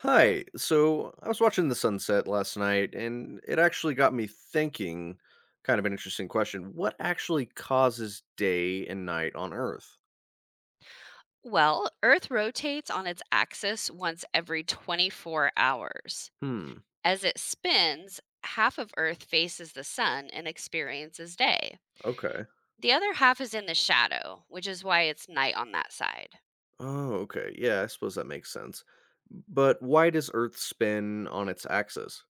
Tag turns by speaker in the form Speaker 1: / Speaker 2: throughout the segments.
Speaker 1: Hi. So I was watching the sunset last night, and it actually got me thinking kind of an interesting question. What actually causes day and night on Earth?
Speaker 2: Well, Earth rotates on its axis once every 24 hours.
Speaker 1: Hmm.
Speaker 2: As it spins, half of Earth faces the sun and experiences day.
Speaker 1: Okay.
Speaker 2: The other half is in the shadow, which is why it's night on that side.
Speaker 1: Oh, okay. Yeah, I suppose that makes sense. But why does Earth spin on its axis?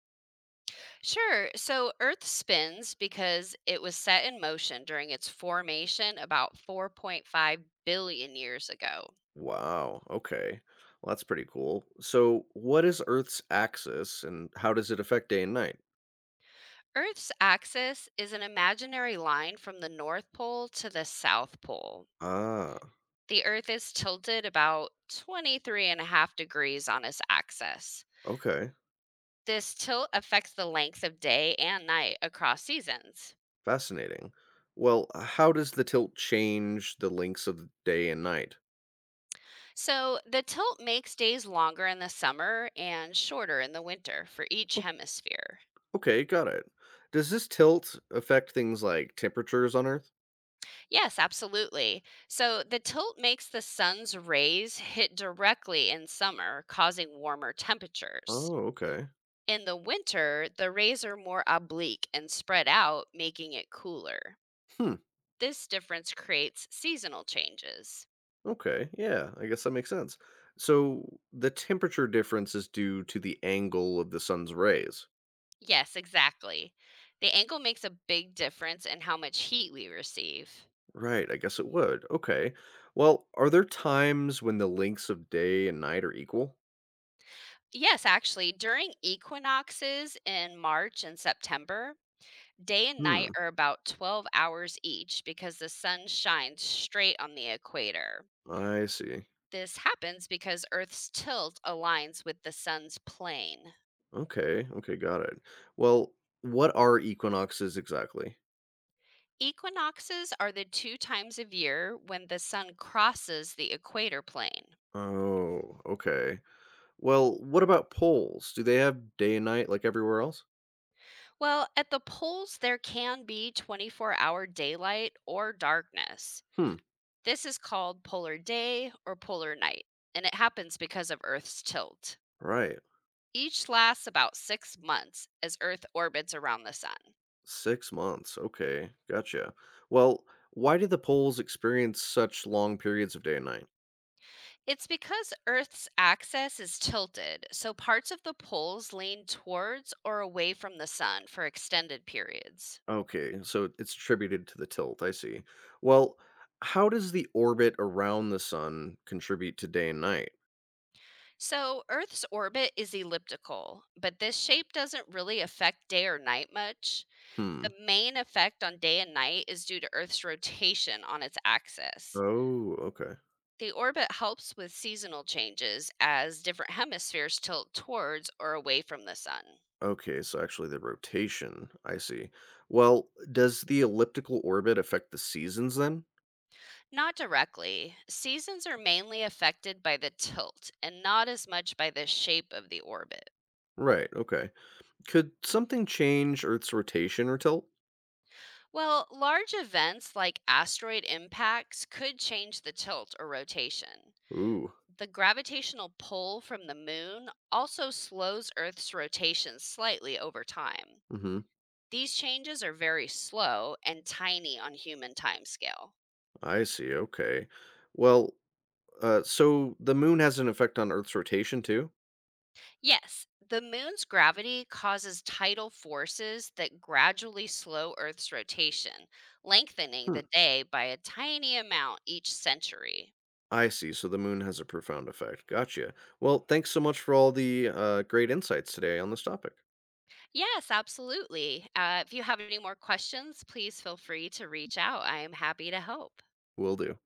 Speaker 2: Sure, so Earth spins because it was set in motion during its formation about 4.5 billion years ago.
Speaker 1: Wow. Okay. Well, that's pretty cool. So, what is Earth's axis, and how does it affect day and night?
Speaker 2: Earth's axis is an imaginary line from the North Pole to the South Pole.
Speaker 1: Ah,
Speaker 2: The Earth is tilted about 23.5 degrees on its axis.
Speaker 1: okay.
Speaker 2: This tilt affects the length of day and night across seasons.
Speaker 1: Fascinating. Well, how does the tilt change the lengths of day and night?
Speaker 2: So, the tilt makes days longer in the summer and shorter in the winter for each
Speaker 1: O-
Speaker 2: hemisphere.
Speaker 1: Okay, got it. Does this tilt affect things like temperatures on Earth?
Speaker 2: Yes, absolutely. So, the tilt makes the sun's rays hit directly in summer, causing warmer temperatures.
Speaker 1: Oh, okay.
Speaker 2: In the winter, the rays are more oblique and spread out, making it cooler.
Speaker 1: Hmm.
Speaker 2: This difference creates seasonal changes.
Speaker 1: Okay. Yeah, I guess that makes sense. So the temperature difference is due to the angle of the sun's rays.
Speaker 2: Yes, exactly. The angle makes a big difference in how much heat we receive.
Speaker 1: Right, I guess it would. Okay. Well, are there times when the lengths of day and night are equal?
Speaker 2: Yes, actually, during equinoxes in March and September, day and night
Speaker 1: Hmm.
Speaker 2: are about 12 hours each because the sun shines straight on the equator.
Speaker 1: I see.
Speaker 2: This happens because Earth's tilt aligns with the sun's plane.
Speaker 1: Okay, okay, got it. Well, what are equinoxes exactly?
Speaker 2: Equinoxes are the two times of year when the sun crosses the equator plane.
Speaker 1: Oh, okay. Well, what about poles? Do they have day and night like everywhere else?
Speaker 2: Well, at the poles, there can be 24-hour daylight or darkness.
Speaker 1: Hmm,
Speaker 2: This is called polar day or polar night, and it happens because of Earth's tilt.
Speaker 1: right.
Speaker 2: Each lasts about 6 months as Earth orbits around the sun.
Speaker 1: 6 months. Okay, gotcha. Well, why do the poles experience such long periods of day and night?
Speaker 2: It's because Earth's axis is tilted, so parts of the poles lean towards or away from the sun for extended periods.
Speaker 1: Okay, so it's attributed to the tilt. I see. Well, how does the orbit around the sun contribute to day and night?
Speaker 2: So, Earth's orbit is elliptical, but this shape doesn't really affect day or night much.
Speaker 1: Hmm.
Speaker 2: The main effect on day and night is due to Earth's rotation on its axis.
Speaker 1: Oh, okay.
Speaker 2: The orbit helps with seasonal changes as different hemispheres tilt towards or away from the sun.
Speaker 1: Okay, so actually the rotation. I see. Well, does the elliptical orbit affect the seasons then?
Speaker 2: Not directly, seasons are mainly affected by the tilt and not as much by the shape of the orbit.
Speaker 1: Right, okay. Could something change Earth's rotation or tilt?
Speaker 2: Well, large events like asteroid impacts could change the tilt or rotation.
Speaker 1: Ooh.
Speaker 2: The gravitational pull from the moon also slows Earth's rotation slightly over time.
Speaker 1: Mm-hmm.
Speaker 2: These changes are very slow and tiny on human timescale.
Speaker 1: I see, okay. Well, so the moon has an effect on Earth's rotation too?
Speaker 2: Yes, the moon's gravity causes tidal forces that gradually slow Earth's rotation, lengthening
Speaker 1: Hmm.
Speaker 2: the day by a tiny amount each century.
Speaker 1: I see, so the moon has a profound effect. Gotcha. Well, thanks so much for all the great insights today on this topic.
Speaker 2: Yes, absolutely. If you have any more questions, please feel free to reach out. I am happy to help.
Speaker 1: Will do.